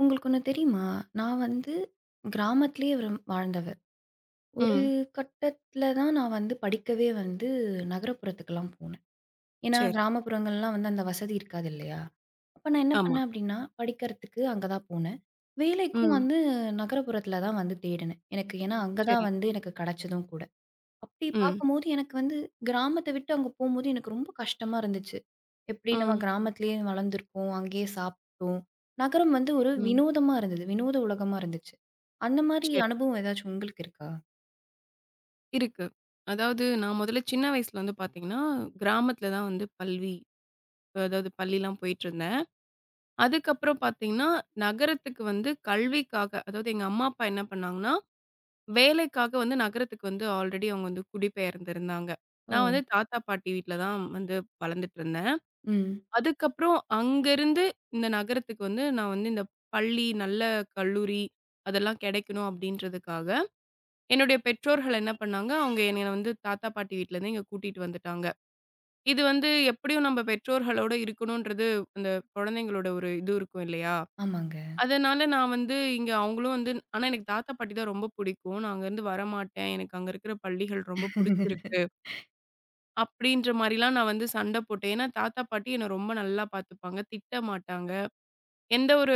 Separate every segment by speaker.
Speaker 1: உங்களுக்கு ஒண்ணு தெரியுமா? நான் வந்து கிராமத்திலேயே வாழ்ந்தவ. ஒரு
Speaker 2: ம்.
Speaker 1: கட்டத்தில தான் நான் வந்து படிக்கவே வந்து நகரப்புறத்துக்குலாம் போனேன். ஏன்னா
Speaker 2: சரி.
Speaker 1: கிராமப்புறங்கள்லாம் வந்து அந்த வசதி இருக்காது இல்லையா? அப்ப நான் என்ன
Speaker 2: ஆமா.
Speaker 1: பண்ணேன் அப்படின்னா, படிக்கிறதுக்கு அங்க தான் போனேன். வேலைக்கும்
Speaker 2: ம்.
Speaker 1: வந்து நகரப்புறத்தில தான் வந்து தேடினேன். எனக்கு ஏன்னா அங்க தான்
Speaker 2: சரி.
Speaker 1: வந்து எனக்கு கிடைச்சதும் கூட. அப்படி
Speaker 2: ம்.
Speaker 1: பார்க்கும்போது எனக்கு வந்து கிராமத்த விட்டு அங்க போம்போது எனக்கு ரொம்ப கஷ்டமா இருந்துச்சு. எப்படி நம்ம
Speaker 2: ம்.
Speaker 1: கிராமத்திலேயே வளர்ந்துருக்கோம். அங்கேயே சாப்பிட்டோம். நகரம் வந்து ஒரு
Speaker 2: ம்.
Speaker 1: வினோதமா இருந்தது. வினோத உலகமா இருந்துச்சு. அந்த மாரி
Speaker 2: சரி.
Speaker 1: அனுபவம் ஏதாச்சும் உங்களுக்கு இருக்கா?
Speaker 2: இருக்கு. அதாவது நான் முதல்ல சின்ன வயசுல வந்து பார்த்தீங்கன்னா, கிராமத்துல தான் வந்து அதாவது பள்ளிலாம் போயிட்டுருந்தேன். அதுக்கப்புறம் பார்த்தீங்கன்னா, நகரத்துக்கு வந்து கல்விக்காக அதாவது எங்க அம்மா, அப்பா என்ன பண்ணாங்கன்னா, வேலைக்காக வந்து நகரத்துக்கு வந்து ஆல்ரெடி அவங்க வந்து குடிபெயர்ந்திருந்தாங்க.
Speaker 1: ஓ!
Speaker 2: நான் வந்து தாத்தா, பாட்டி வீட்ல தான் வந்து வளர்ந்துட்டுருந்தேன்.
Speaker 1: ம்.
Speaker 2: அதுக்கப்புறம் அங்கருந்து இந்த நகரத்துக்கு வந்து நான் வந்து இந்த பள்ளி, நல்ல கல்லூரி அதெல்லாம் கிடைக்கணும் அப்படின்றதுக்காக, என்னுடைய பெற்றோர்கள் என்ன பண்ணாங்க, அவங்க என்னைய வந்து தாத்தா, பாட்டி வீட்லருந்து இங்க கூட்டிட்டு வந்துட்டாங்க. இது வந்து எப்படியும் நம்ம பெற்றோர்களோட இருக்கணுன்றது அந்த குழந்தைங்களோட ஒரு இது இருக்கும் இல்லையா?
Speaker 1: ஆமாங்க.
Speaker 2: அதனால நான் வந்து இங்க அவங்களும் வந்து ஆனா எனக்கு தாத்தா, பாட்டி தான் ரொம்ப புடிக்கும். நான் அங்கருந்து வரமாட்டேன். எனக்கு அங்க இருக்கிற பள்ளிகள் ரொம்ப புடிச்சிருக்கு. அப்படின்ற மாரிலாம் நான் வந்து சண்ட போட்டேன். ஏன்னா தாத்தா, பாட்டி என்ன ரொம்ப நல்லா பார்த்துப்பாங்க. திட்ட மாட்டாங்க. எந்த ஒரு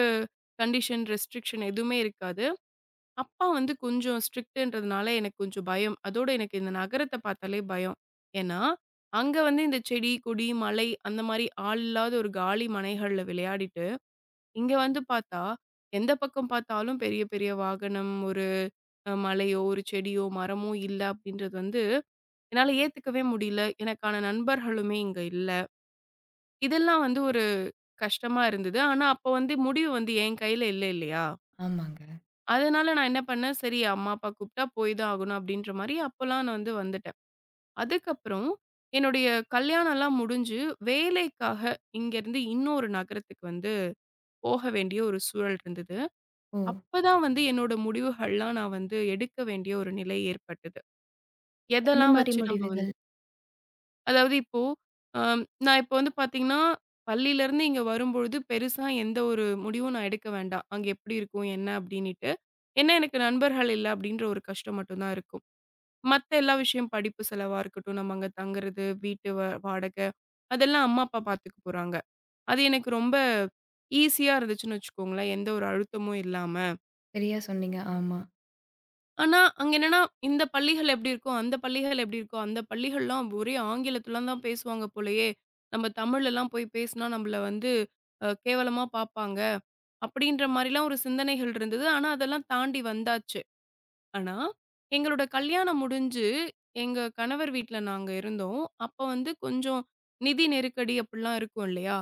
Speaker 2: கண்டிஷன், ரெஸ்ட்ரிக்ஷன் எதுவுமே இருக்காது. அப்பா வந்து கொஞ்சம் ஸ்ட்ரிக்ட்ன்றதுனால எனக்கு கொஞ்சம் பயம். அதோட எனக்கு இந்த நகரத்த பார்த்தாலே பயம். ஏன்னா, அங்க வந்து இந்த செடி, கொடி, மலை அந்த மாரி ஆள் இல்லாத ஒரு காலி மனைகள்ல விளையாடிட்டு, இங்க வந்து பார்த்தா, எந்த பக்கம் பார்த்தாலும் பெரிய பெரிய வாகனம், ஒரு மலையோ, ஒரு செடியோ, மரமோ இல்ல அப்படின்றது வந்து என்னால ஏத்துக்கவே முடியல. எனக்கான நண்பர்களுமே இங்க இல்ல. இதெல்லாம் வந்து ஒரு கஷ்டமா இருந்தது. ஆனா, அப்ப வந்து முடிவு வந்து என் கையில இல்ல இல்லையா?
Speaker 1: ஆமாங்க.
Speaker 2: அதனால நான் என்ன பண்ணேன், சரி அம்மா, அப்பா கூப்பிட்டா போய் தான் ஆகணும் அப்படின்ற மாரி அப்பலாம் நான் வந்து வந்துட்டேன். அதுக்கப்புறம் என்னுடைய கல்யாணம்லாம் முடிஞ்சு, வேலைக்காக இங்கேருந்து இன்னொரு நகரத்துக்கு வந்து போக வேண்டிய ஒரு சூழல் இருந்தது.
Speaker 1: ஓ!
Speaker 2: அப்பதான் வந்து என்னோட முடிவுகள்லாம் நான் வந்து எடுக்க வேண்டிய ஒரு நிலை ஏற்பட்டது.
Speaker 1: என்ன
Speaker 2: எதெல்லாம்
Speaker 1: மாரி
Speaker 2: வச்சு நம்ம
Speaker 1: முடிவுகள்?
Speaker 2: வந்து அதாவது இப்போ நான் இப்போ வந்து பார்த்தீங்கன்னா, பள்ளியிலேருந்து இங்க வரும்பொழுது பெருசா எந்த ஒரு முடிவும் நான் எடுக்க வேண்டாம். அங்க எப்படி இருக்கும்? என்ன? அப்படின்னுட்டு. ஏன்னா எனக்கு நண்பர்கள் இல்ல அப்படின்ற ஒரு கஷ்டம் மட்டும் தான் இருக்கும். மத்த எல்லா விஷயம் படிப்பு செலவா இருக்கட்டும், நம்ம அங்க தங்குறது, வீட்டு வாடகை அதெல்லாம் அம்மா, அப்பா பார்த்துக்க போறாங்க. அது எனக்கு ரொம்ப ஈஸியா இருந்துச்சுன்னு வச்சுக்கோங்களேன். எந்த ஒரு அழுத்தமும் இல்லாம.
Speaker 1: சரியா சொன்னீங்க. ஆமா,
Speaker 2: ஆனா, அங்க என்னன்னா இந்த பள்ளிகள் எப்படி இருக்கும்? அந்த பள்ளிகள் எப்படி இருக்கும்? அந்த பள்ளிகள்லாம் ஒரே ஆங்கிலத்துல தான் பேசுவாங்க போலயே! நம்ம தமிழ்லலாம் போய் பேசினா நம்மள வந்து கேவலமா பார்ப்பாங்க. அப்படின்ற மாரிலாம் ஒரு சிந்தனைகள் இருந்தது. ஆனா, அதெல்லாம் தாண்டி வந்தாச்சு. ஆனா, எங்களோட கல்யாணம் முடிஞ்சு, எங்க கணவர் வீட்ல நாங்க இருந்தோம். அப்ப வந்து கொஞ்சம் நிதி நெருக்கடி அப்டிலாம் இருக்கும் இல்லையா?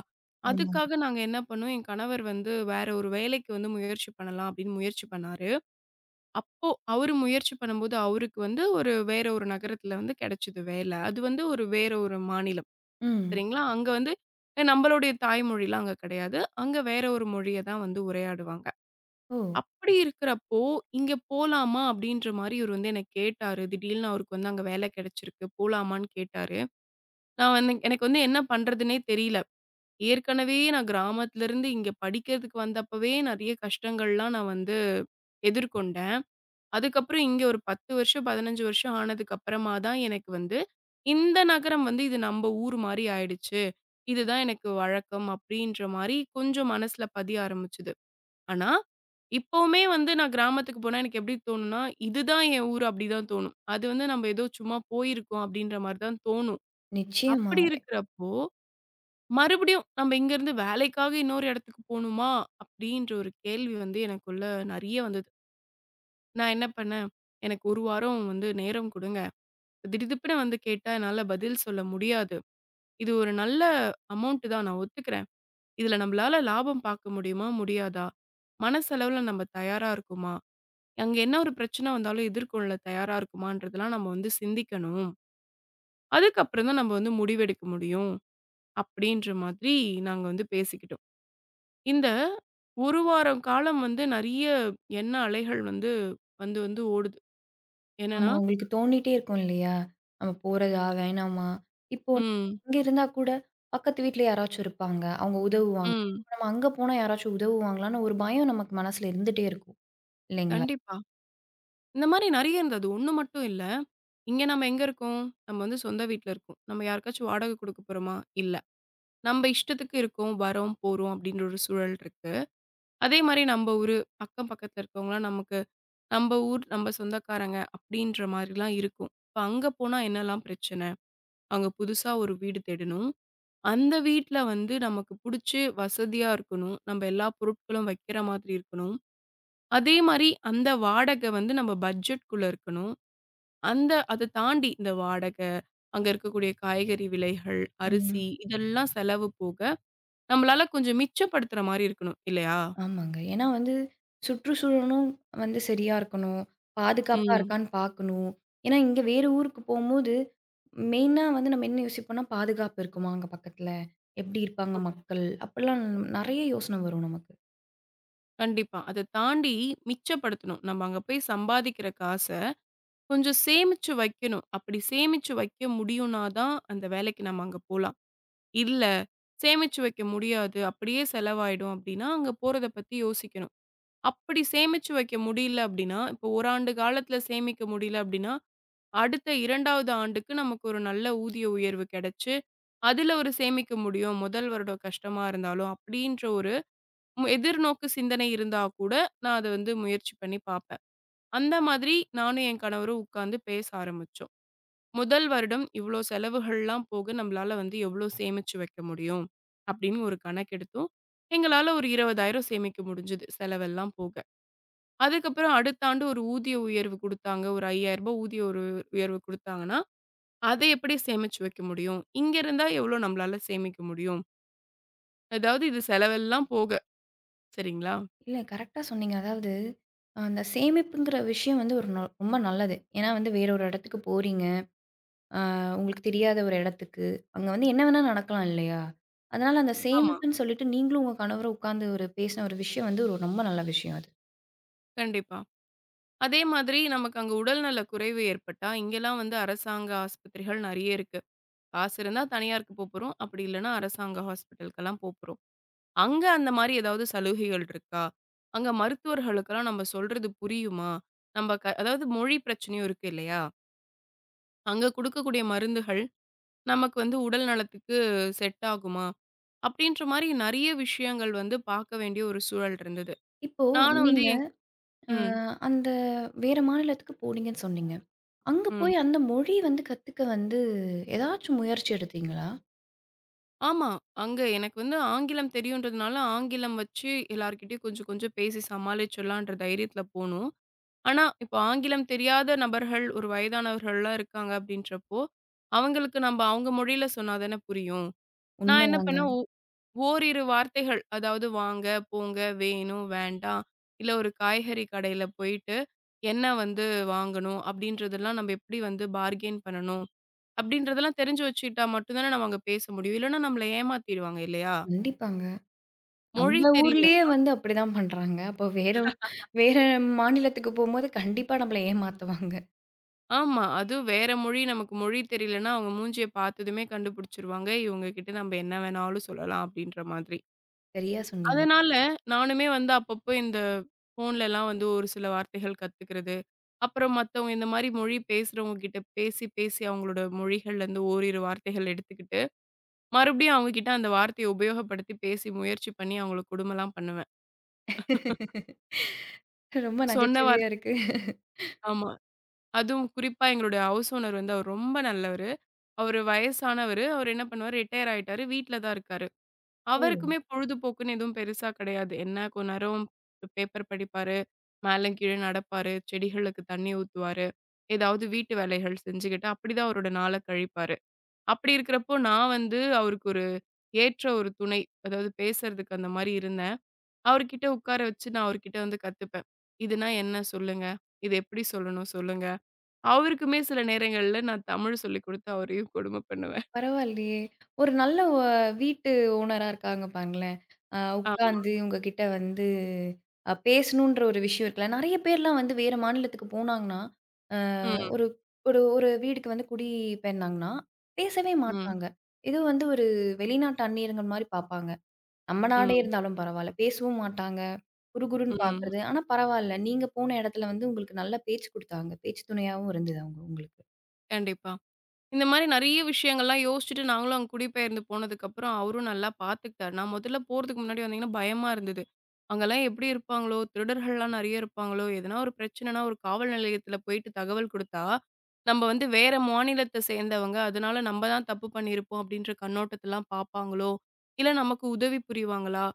Speaker 1: ஆமா.
Speaker 2: அதுக்காக நாங்க என்ன பண்ணோம், என் கணவர் வந்து வேற ஒரு வேலைக்கு வந்து முயற்சி பண்ணலாம் அப்டின்னு முயற்சி பண்ணாரு. அப்போ அவரு முயற்சி பண்ணும்போது, அவருக்கு வந்து ஒரு வேற ஒரு நகரத்துல வந்து கெடைச்சது வேலை. அது வந்து ஒரு வேற ஒரு மாநிலம்.
Speaker 1: ம்.
Speaker 2: சரிங்களா? அங்க வந்து நம்மளுடைய தாய்மொழிலாம் அங்க கெடையாது. அங்க வேற ஒரு மொழிய தான் வந்து உரையாடுவாங்க.
Speaker 1: ஓ!
Speaker 2: அப்படி இருக்கிறப்போ, "இங்க போலாமா?" அப்படின்ற மாரி இவரு வந்து என்ன கேட்டாரு. திடீல்னு அவருக்கு வந்து அங்க வேலை கிடைச்சிருக்கு. போலாமான்னு கேட்டாரு. நான் வந்து எனக்கு வந்து என்ன பண்றதுன்னே தெரியல. ஏற்கனவே நான் கிராமத்துலருந்து இங்க படிக்கிறதுக்கு வந்தப்பவே நெறைய கஷ்டங்கள்லாம் நான் வந்து எதிர்கொண்டேன். அதுக்கப்புறம் இங்க ஒரு 10 வருஷம், 15 வருஷம் ஆனதுக்கு அப்புறமா தான் எனக்கு வந்து, இந்த நகரம் வந்து இது நம்ப ஊர் மாரி ஆயிடுச்சு. இதுதான் எனக்கு வழக்கம் அப்படின்ற மாரி கொஞ்சம் மனசுல பதிய ஆரம்பிச்சது. ஆனா, இப்பவுமே வந்து நான் கிராமத்துக்கு போனா எனக்கு எப்படி தோணும்னா, இதுதான் என் ஊர் அப்படிதான் தோணும். அது வந்து நம்ம ஏதோ சும்மா போயிருக்கோம் அப்படின்ற மாரி தான் தோணும்.
Speaker 1: நிச்சயமா.
Speaker 2: அப்படி இருக்கிறப்போ, மறுபடியும் நம்ம இங்கருந்து வேலைக்காக இன்னொரு இடத்துக்கு போணுமா? அப்படின்ற ஒரு கேள்வி வந்து எனக்குள்ள நெறைய வந்தது. நான் என்ன பண்ணேன், எனக்கு 1 வாரம் வந்து நேரம் குடுங்க. திடுதிப்புன்னு வந்து கேட்டா என்னால பதில் சொல்ல முடியாது. இது ஒரு நல்ல அமௌண்ட் தான் நான் ஒத்துக்கிறேன். இதுல நம்மளால லாபம் பார்க்க முடியுமா? முடியாதா? மனசளவுல நம்ம தயாரா இருக்கோமா? அங்க என்ன ஒரு பிரச்சனை வந்தாலும் எதிர்கொள்ள தயாரா இருக்குமான்றதெல்லாம் நம்ம வந்து சிந்திக்கணும். அதுக்கப்புறம் தான் நம்ம வந்து முடிவெடுக்க முடியும். அப்படின்ற மாதிரி நாங்க வந்து பேசிக்கிட்டோம். இந்த 1 வாரம் காலம் வந்து நெறைய எண்ண அலைகள் வந்து, வந்து வந்து ஓடுது.
Speaker 1: ஆமா
Speaker 2: என்னன்னா
Speaker 1: உங்களுக்கு தோணிட்டே இருக்கும் இல்லையா? நம்ம போறதா? வேணாமா? இப்போ
Speaker 2: ம்,
Speaker 1: இங்க இருந்தா கூட பக்கத்து வீட்ல யாராச்சும் இருப்பாங்க. அவங்க உதவுவாங்க.
Speaker 2: ம்.
Speaker 1: இப்ப நம்ம அங்க போனா யாராச்சும் உதவுவாங்களான்னு ஒரு பயம் நமக்கு மனசுல இருந்துட்டே இருக்கும். இல்லைங்களா?
Speaker 2: கண்டிப்பா. இந்த மாரி நெறைய இருந்தது. 1 மட்டும் இல்ல. இங்க நம்ம எங்க இருக்கோம்? நம்ம வந்து சொந்த வீட்ல இருக்கோம். நம்ம யாருக்காச்சும் வாடகை குடுக்க போறோமா? இல்ல. நம்ம இஷ்டத்துக்கு இருக்கோம், வரோம், போறோம் அப்படின்ற ஒரு சூழல் இருக்கு. அதே மாரி நம்ப ஊரு, அக்கம் பக்கத்துல இருக்கவங்கலாம் நமக்கு, நம்ப ஊர், நம்ப சொந்தக்காரங்க அப்படின்ற மாரிலாம் இருக்கும். இப்ப அங்க போனா என்னலாம் பிரச்சனை? அங்க புதுசா ஒரு வீடு தேடணும். அந்த வீட்ல வந்து நமக்கு புடிச்சு வசதியா இருக்கணும். நம்ப எல்லா பொருட்களும் வைக்கிற மாதிரி இருக்கணும். அதே மாரி அந்த வாடகை வந்து நம்ம பட்ஜெட்குள்ள இருக்கணும். அந்த அத தாண்டி இந்த வாடகை, அங்க இருக்கக்கூடிய காய்கறி விலைகள்,
Speaker 1: ம்.
Speaker 2: அரிசி இதெல்லாம் செலவு போக, நம்மளால கொஞ்சம் மிச்சப்படுத்துற மாரி இருக்கணும். இல்லையா?
Speaker 1: ஆமாங்க. ஏன்னா வந்து சுற்றுச்சூழலும் வந்து சரியா இருக்கணும். பாதுகாப்பா
Speaker 2: ம்.
Speaker 1: இருக்கான்னு பார்க்கணும். ஏன்னா இங்க வேற ஊருக்கு போம்போது, மெயினா வந்து நம்ம என்ன யோசிப்போம்னா, பாதுகாப்பு இருக்குமா அங்க பக்கத்துல? எப்படி இருப்பாங்க மக்கள்? அப்படிலாம் நெறைய யோசனை வரும் நமக்கு.
Speaker 2: கண்டிப்பா. அத தாண்டி மிச்சப்படுத்தணும். நம்ம அங்க போய் சம்பாதிக்கிற காச கொஞ்சம் சேமிச்சு வைக்கணும். அப்படி சேமிச்சு வைக்க முடியும்னா தான் அந்த வேலைக்கு நம்ம அங்க போலாம். இல்ல சேமிச்சு வைக்க முடியாது, அப்படியே செலவாயிடும் அப்படின்னா, அங்க போறத பத்தி யோசிக்கணும். அப்படி சேமிச்சு வைக்க முடியல அப்படின்னா, இப்போ 1 ஆண்டு காலத்துல சேமிக்க முடியல அப்படின்னா, அடுத்த 2வது ஆண்டுக்கு நமக்கு ஒரு நல்ல ஊதிய உயர்வு கிடைச்சு, அதுல ஒரு சேமிக்க முடியும். முதல் வருடம் கஷ்டமா இருந்தாலும் அப்படின்ற ஒரு எதிர்நோக்கு சிந்தனை இருந்தா கூட, நான் அத வந்து முயற்சி பண்ணி பாப்பேன். அந்த மாதிரி நானும் என் கணவரும் உட்காந்து பேச ஆரம்பிச்சோம். முதல் வருடம் இவ்ளோ செலவுகள்லாம் போக நம்மளால வந்து எவ்ளோ சேமிச்சு வைக்க முடியும்? அப்படின்னு ஒரு கணக்கெடுத்தோம். எங்களால ஒரு 20,000 சேமிக்க முடிஞ்சது செலவெல்லாம் போக. அதுக்கப்புறம் அடுத்த ஆண்டு ஒரு ஊதிய உயர்வு குடுத்தாங்க. ஒரு ரூ. 5,000 ஊதிய ஒரு உயர்வு குடுத்தாங்கன்னா, அத எப்படி சேமிச்சு வைக்க முடியும்? இங்க இருந்தா எவ்ளோ நம்மளால சேமிக்க முடியும்? அதாவது இது செலவெல்லாம் போக. சரிங்களா?
Speaker 1: இல்ல கரெக்ட்டா சொன்னீங்க. அதாவது அந்த சேமிப்புங்கிற விஷயம் வந்து ஒரு ரொம்ப நல்லது. ஏன்னா வந்து வேற ஒரு இடத்துக்கு போறீங்க. ஆ உங்களுக்கு தெரியாத ஒரு இடத்துக்கு, அங்க வந்து என்ன வேணா நடக்கலாம் இல்லையா? அதனால அந்த
Speaker 2: ஆமா.
Speaker 1: சேமிப்புன்னு சொல்லிட்டு நீங்களும் உங்க கணவரும் உட்கார்ந்து ஒரு பேசின ஒரு விஷயம் வந்து ஒரு ரொம்ப நல்ல விஷயம் அது.
Speaker 2: கண்டிப்பா. அதே மாதிரி நமக்கு அங்க உடல்நல குறைவு ஏற்பட்டா, இங்கலாம் வந்து அரசாங்க ஆஸ்பத்திரிகள் நெறைய இருக்கு. காசு இருந்தா தனியாருக்கு போப்போறோம். அப்படி இல்லன்னா அரசாங்க ஹாஸ்பிட்டலுக்கெல்லாம் போப்போறோம். அங்க அந்த மாரி ஏதாவது சலுகைகள் இருக்கா? அங்க மருத்துவர்களுக்கெல்லாம் நம்ம சொல்றது புரியுமா? நம்ம அதாவது மொழி பிரச்சனையும் இருக்கு இல்லையா? அங்க குடுக்கக்கூடிய மருந்துகள் நமக்கு வந்து உடல் நலத்துக்கு செட் ஆகுமா? அப்படின்ற மாரி நெறைய விஷயங்கள் வந்து பார்க்க வேண்டிய ஒரு சூழல் இருந்தது.
Speaker 1: இப்போ
Speaker 2: நானும் வந்து
Speaker 1: நீங்க
Speaker 2: என்
Speaker 1: அ
Speaker 2: ம்.
Speaker 1: அந்த வேற மாநிலத்துக்கு போனீங்கன்னு சொன்னீங்க. அங்க
Speaker 2: ம்.
Speaker 1: போய் அந்த மொழி வந்து கத்துக்க வந்து ஏதாச்சும் முயற்சி எடுத்தீங்களா?
Speaker 2: ஆமா. அங்க எனக்கு வந்து ஆங்கிலம் தெரியுன்றதுனால, ஆங்கிலம் வச்சு எல்லார்கிட்டயும் கொஞ்சம் கொஞ்சம் பேசி சமாளிச்சிடலான்ற தைரியத்துல போனோம். ஆனா, இப்போ ஆங்கிலம் தெரியாத நபர்கள், ஒரு வயதானவர்கள்லாம் இருக்காங்க அப்படின்றப்போ, அவங்களுக்கு நம்ப அவங்க மொழியில சொன்னா தானே புரியும். நான் என்ன
Speaker 1: உண்மைதாங்க.
Speaker 2: பண்ணேன், ஓரிரு வார்த்தைகள் அதாவது வாங்க, போங்க, வேணும், வேண்டாம், இல்ல ஒரு காய்கறி கடையில போயிட்டு, என்ன வந்து வாங்கணும் அப்படின்றதெல்லாம் நம்ம எப்படி வந்து பார்கெயின் பண்ணணும்? அப்படின்றதெல்லாம் தெரிஞ்சு வச்சுக்கிட்டா மட்டும் தானே நம்ம அங்க பேச முடியும். இல்லன்னா நம்மள ஏமாத்திடுவாங்க இல்லையா?
Speaker 1: கண்டிப்பாங்க.
Speaker 2: மொழி
Speaker 1: நம்ம
Speaker 2: தெரியல
Speaker 1: ஊர்லயே வந்து அப்படிதான் பண்றாங்க. அப்போ வேற வேற மாநிலத்துக்கு போம்போது கண்டிப்பா நம்மள ஏமாத்துவாங்க.
Speaker 2: ஆமா. அதுவும் வேற மொழி நமக்கு மொழி தெரியலன்னா, அவங்க மூஞ்சிய பார்த்ததுமே கண்டுபிடிச்சுருவாங்க. இவங்க கிட்ட நம்ம என்ன வேணாலும் சொல்லலாம் அப்படின்ற மாதிரி.
Speaker 1: சரியா சொன்னீங்க.
Speaker 2: அதனால நானுமே வந்து அப்பப்போ இந்த ஃபோன்லலாம் வந்து ஒரு சில வார்த்தைகள் கத்துக்கிறது. அப்புறம் மத்தவங்க இந்த மாரி மொழி பேசுறவங்க கிட்ட பேசி, பேசி அவங்களோட மொழிகள்லேருந்து ஓரிரு வார்த்தைகள் எடுத்துக்கிட்டு, மறுபடியும் அவங்க கிட்ட அந்த வார்த்தைய உபயோகப்படுத்தி பேசி முயற்சி பண்ணி அவங்கள கொடுமைலாம் பண்ணுவேன்.
Speaker 1: ரொம்ப
Speaker 2: சொன்ன
Speaker 1: நகைச்சுவையா
Speaker 2: வார்த்
Speaker 1: இருக்கு.
Speaker 2: ஆமா. அதுவும் குறிப்பா எங்களுடைய ஹவுஸ் ஓனர் வந்து அவர் ரொம்ப நல்லவரு. அவரு வயசானவரு. அவரு என்ன பண்ணுவாரு, ரிட்டயர் ஆயிட்டாரு. வீட்ல தான் இருக்காரு.
Speaker 1: ஓ!
Speaker 2: அவருக்குமே பொழுதுபோக்குன்னு எதுவும் பெருசா கிடையாது. என்ன கொஞ்ச நேரம் பேப்பர் படிப்பாரு, மேல கீழ நடப்பாரு, செடிகளுக்கு தண்ணி ஊத்துவாரு, ஏதாவது வீட்டு வேலைகள் செஞ்சுகிட்டு அப்படிதான் அவரோட நாள கழிப்பாரு. அப்படி இருக்கிறப்போ நான் வந்து அவருக்கு ஒரு ஏற்ற ஒரு துணை, அதாவது பேசுறதுக்கு அந்த மாரி இருந்தேன். அவர்கிட்ட உட்கார வச்சு நான் அவர்கிட்ட வந்து கத்துப்பேன். இதுனா என்ன சொல்லுங்க? இது எப்படி சொல்லணும் சொல்லுங்க? அவருக்குமே சில நேரங்கள்ல நான் தமிழ் சொல்லிக் குடுத்து அவரையும் கொடுமை பண்ணுவேன்.
Speaker 1: பரவாயில்லையே! ஒரு நல்ல வீட்டு ஓனரா இருக்காங்க பாருங்களேன்.
Speaker 2: ஆமா.
Speaker 1: உட்கார்ந்து உங்ககிட்ட வந்து பேசணுன்ற ஒரு விஷயம் இருக்குல்ல. நெறைய பேர்லாம் வந்து வேற மாநிலத்துக்கு போனாங்கன்னா, அ
Speaker 2: ம்,
Speaker 1: ஒரு ஒரு ஒரு வீடுக்கு வந்து குடிபெயர்ந்தாங்கன்னா, பேசவே
Speaker 2: ம்,
Speaker 1: மாட்டாங்க. ஏதோ வந்து ஒரு வெளிநாட்டு அந்நியர்கள் மாரி பார்ப்பாங்க. நம்ம நாடே
Speaker 2: ம்,
Speaker 1: இருந்தாலும் பரவால்ல. பேசவும் மாட்டாங்க. குறுகுறுன்னு
Speaker 2: ம்.
Speaker 1: பார்க்குறது. ஆனா பரவால்ல. நீங்க போன இடத்துல வந்து உங்களுக்கு நல்ல பேச்சு குடுத்தாங்க. பேச்சு துணையாவும் இருந்தது அவங்க உங்களுக்கு.
Speaker 2: கண்டிப்பா. இந்த மாரி நெறைய விஷயங்கள்லாம் யோசிச்சுட்டு நாங்களும் அங்க குடிபெயர்ந்து போனதுக்கப்புறம், அவரும் நல்லா பார்த்துக்கிட்டாரு. நான் முதல்ல போறதுக்கு முன்னாடி வந்தீங்கன்னா பயமா இருந்தது. அங்கலாம் எப்படி இருப்பாங்களோ? திருடர்கள்லாம் நெறைய இருப்பாங்களோ? எதனா ஒரு பிரச்சனைனா ஒரு காவல் நிலையத்தில போயிட்டு தகவல் குடுத்தா, நம்ம வந்து வேற மாநிலத்த சேர்ந்தவங்க. அதனால நம்ம தான் தப்பு பண்ணியிருப்போம் அப்படின்ற கண்ணோட்டத்தலாம் பார்ப்பாங்களோ? இல்ல நமக்கு உதவி புரிவாங்களா?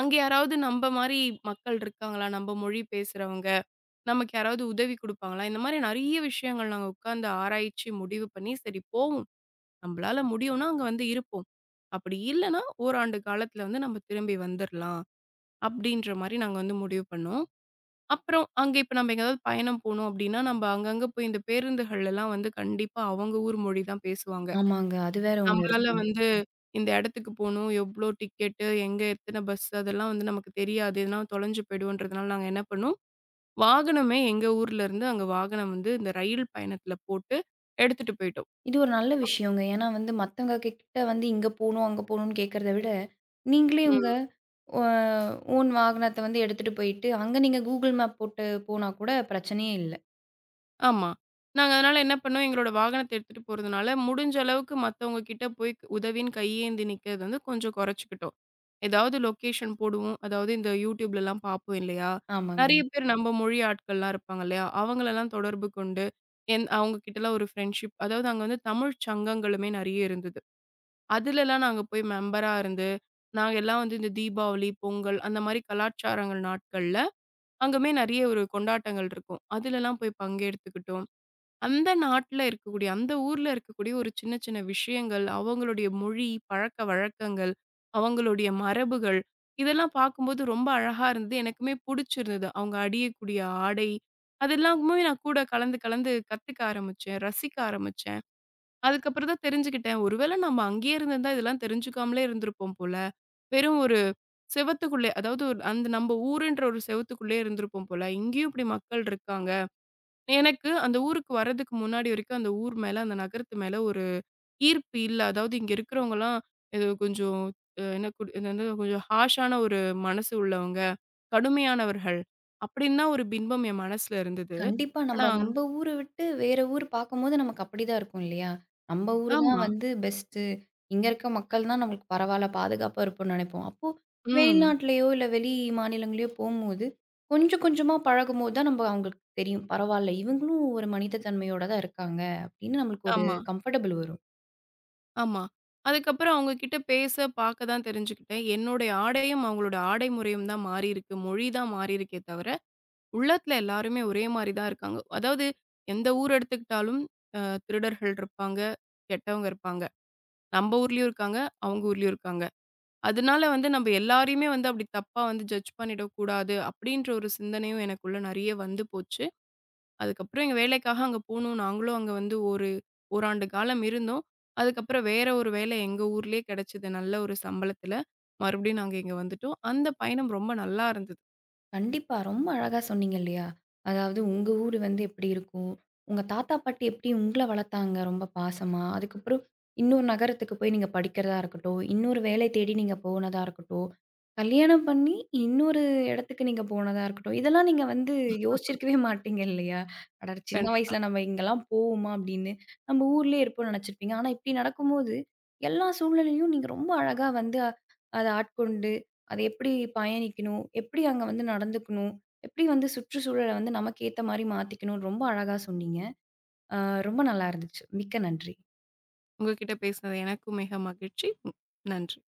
Speaker 2: அங்க யாராவது நம்ப மாரி மக்கள் இருக்காங்களா? நம்ப மொழி பேசுறவங்க? நமக்கு யாராவது உதவி குடுப்பாங்களா? இந்த மாரி நெறைய விஷயங்கள் நாங்க உட்கார்ந்து ஆராய்ச்சி முடிவு பண்ணி, சரி போவோம். நம்பளால முடியும்னா அங்க வந்து இருப்போம். அப்படி இல்லன்னா, ஓராண்டு காலத்துல வந்து நம்ம திரும்பி வந்துரலாம். அப்படின்ற மாரி நாங்க வந்து முடிவு பண்ணோம். அப்புறம் அங்க இப்ப நம்ம எங்கேயாவது பயணம் போணும் அப்படின்னா, நம்ப அங்கங்க போய் இந்த பேருந்துகள்லாம் வந்து கண்டிப்பா அவங்க ஊர் மொழி தான் பேசுவாங்க.
Speaker 1: ஆமாங்க. அது வேற ஒண்ணு
Speaker 2: நம்பளால
Speaker 1: இருக்கும்.
Speaker 2: வந்து இந்த இடத்துக்கு போணும், எவ்ளோ டிக்கெட்டு, எங்க எத்தன பஸ் அதெல்லாம் வந்து நமக்கு தெரியாது. எதுனா தொலைஞ்சு போயிடுவோன்றதுனால நாங்க என்ன பண்ணோம் வாகனமே எங்க ஊர்ல இருந்து அங்க வாகனம் வந்து இந்த ரயில் பயணத்துல போட்டு எடுத்துட்டு போயிட்டோம்.
Speaker 1: இது ஒரு நல்ல விஷயங்க. ஏன்னா வந்து மத்தவங்க கிட்ட வந்து இங்க போணும், அங்க போணும்னு கேட்கறத விட, நீங்களே உங்க
Speaker 2: ம்.
Speaker 1: அ ஓன் வாகனத்த வந்து எடுத்துட்டு போயிட்டு, அங்க நீங்க Google மேப் போட்டு போனா கூட பிரச்சனையே இல்ல.
Speaker 2: ஆமா. நாங்க அதனால என்ன பண்ணோம், எங்களோட வாகனத்த எடுத்துட்டு போறதுனால, முடிஞ்ச அளவுக்கு மத்தவங்க கிட்ட போய் உதவின்னு கையேந்தி நிக்கிறது வந்து கொஞ்சம் குறைச்சுக்கிட்டோம். ஏதாவது லொகேஷன் போடுவோம். அதாவது இந்த YouTubeலலாம் பார்ப்போம் இல்லையா?
Speaker 1: ஆமாங்க.
Speaker 2: நெறைய பேர் நம்ம மொழி ஆட்கள்லாம் இருப்பாங்க இல்லையா? அவங்களலாம் தொடர்பு கொண்டு, என் அவங்க கிட்டலாம் ஒரு ஃப்ரெண்ட்ஷிப் அதாவது அங்க வந்து தமிழ் சங்கங்களுமே நெறைய இருந்தது. அதுலலாம் நாங்க போய் மெம்பரா இருந்து, நாங்க எல்லாம் வந்து இந்த தீபாவளி, பொங்கல் அந்த மாரி கலாச்சாரங்கள் நாட்கள்ல, அங்கமே நெறைய ஒரு கொண்டாட்டங்கள் இருக்கும். அதுலலாம் போய் பங்கெடுத்துக்கிட்டோம். அந்த நாட்ல இருக்கக்கூடிய, அந்த ஊர்ல இருக்கக்கூடிய ஒரு சின்ன சின்ன விஷயங்கள், அவங்களுடைய மொழி, பழக்க வழக்கங்கள், அவங்களுடைய மரபுகள், இதெல்லாம் பார்க்கும்போது ரொம்ப அழகா இருந்தது. எனக்குமே புடிச்சிருந்தது. அவங்க அடியக்கூடிய ஆடை, அதெல்லாமுமே நான் கூட கலந்து கலந்து கத்துக்க ஆரம்பிச்சேன், ரசிக்க ஆரம்பிச்சேன். அதுக்கப்புறம் தான் தெரிஞ்சுக்கிட்டேன். ஒருவேள நம்ம அங்கேயே இருந்திருந்தா, இதெல்லாம் தெரிஞ்சுக்காமலே இருந்திருப்போம் போல. வெறும் ஒரு செவத்துக்குள்ளே, அதாவது ஒரு அந்த நம்ம ஊருன்ற ஒரு செவத்துக்குள்ளேயே இருந்திருப்போம் போல. இங்கேயும் இப்படி மக்கள் இருக்காங்க. எனக்கு அந்த ஊருக்கு வர்றதுக்கு முன்னாடி வரைக்கும் அந்த ஊர் மேல, அந்த நகரத்து மேல ஒரு ஈர்ப்பு இல்ல. அதாவது இங்க இருக்கிறவங்கலாம் ஏதோ கொஞ்சம் அ என்ன குடு என்னது கொஞ்சம் ஹார்ஷான ஒரு மனசு உள்ளவங்க, கடுமையானவர்கள். அப்படின்னு தான் ஒரு பின்பம் என் மனசுல இருந்தது.
Speaker 1: கண்டிப்பா. நம்ப
Speaker 2: ஆனா
Speaker 1: நம்ப ஊர விட்டு வேற ஊர் பாக்கும்போது நமக்கு அப்படிதான் இருக்கும் இல்லையா? நம்ப ஊரு தான்
Speaker 2: ஆமா.
Speaker 1: வந்து பெஸ்ட்டு. இங்க இருக்க மக்கள் தான் நம்மளுக்கு பரவால்ல, பாதுகாப்பா இருப்போம்னு நெனைப்போம். அப்போ
Speaker 2: ம்.
Speaker 1: வெளிநாட்டிலயோ, இல்ல வெளி மாநிலங்களையோ போம்போது, கொஞ்சம் கொஞ்சமா பழகும்போது தான் நம்ப அவங்களுக்கு தெரியும். பரவால்ல, இவங்களும் ஒரு மனித தன்மையோட தான் இருக்காங்க அப்படின்னு நம்மளுக்கு ஒரு
Speaker 2: ஆமா.
Speaker 1: கம்ஃபர்டபுள் வரும்.
Speaker 2: ஆமா. அதுக்கப்புறம் அவங்க கிட்ட பேச, பார்க்க தான் தெரிஞ்சுக்கிட்டேன். என்னுடைய ஆடையும், அவங்களோட ஆடை முறையும் தான் மாறியிருக்கு. மொழி தான் மாறியிருக்கே தவிர, உள்ளத்துல எல்லாருமே ஒரே மாரி தான் இருக்காங்க. அதாவது எந்த ஊர் எடுத்துக்கிட்டாலும் அ திருடர்கள் இருப்பாங்க, கெட்டவங்க இருப்பாங்க. நம்ம ஊர்லயும் இருக்காங்க, அவங்க ஊர்லயும் இருக்காங்க. அதனால வந்து நம்ம எல்லாரையுமே வந்து அப்படி தப்பா வந்து ஜட்ஜ் பண்ணிடக்கூடாது, அப்படின்ற ஒரு சிந்தனையும் எனக்குள்ள நெறைய வந்து போச்சு. அதுக்கப்புறம் எங்க வேலைக்காக அங்க போனோம். நாங்களும் அங்க வந்து ஒரு ஓராண்டு காலம் இருந்தோம். அதுக்கப்புறம் வேற ஒரு வேலை எங்க ஊர்லயே கிடைச்சது. நல்ல ஒரு சம்பளத்துல. மறுபடியும் நாங்க இங்க வந்துட்டோம். அந்த பயணம் ரொம்ப நல்லா இருந்தது.
Speaker 1: கண்டிப்பா. ரொம்ப அழகா சொன்னீங்க இல்லையா? அதாவது உங்க ஊரு வந்து எப்படி இருக்கும்? உங்க தாத்தா, பாட்டி எப்படி உங்கள வளர்த்தாங்க ரொம்ப பாசமா? அதுக்கப்புறம் இன்னொரு நகரத்துக்கு போய் நீங்க படிக்கிறதா இருக்கட்டும், இன்னொரு வேலை தேடி நீங்க போனதா இருக்கட்டும், கல்யாணம் பண்ணி இன்னொரு இடத்துக்கு நீங்க போனதா இருக்கட்டும், இதெல்லாம் நீங்க வந்து யோசிச்சிருக்கவே மாட்டீங்க இல்லையா? அட சின்ன
Speaker 2: கண்டிப்பா.
Speaker 1: வயசுல நம்ம இங்கலாம் போவோமா அப்படின்னு, நம்ம ஊர்லயே இருப்போம்னு நெனச்சிருப்பீங்க. ஆனா இப்படி நடக்கும்போது, எல்லா சூழ்நிலையும் நீங்க ரொம்ப அழகா வந்து அத ஆட்கொண்டு அது எப்படி பயணிக்கணும்? எப்படி அங்க வந்து நடந்துக்கணும்? எப்படி வந்து சுற்றுச்சூழல வந்து நமக்கு ஏத்த மாரி மாத்திக்கணும்னு ரொம்ப அழகா சொன்னீங்க. அ ரொம்ப நல்லா இருந்துச்சு. மிக்க நன்றி.
Speaker 2: உங்ககிட்ட பேசினது எனக்கும் மிக மகிழ்ச்சி. நன்றி.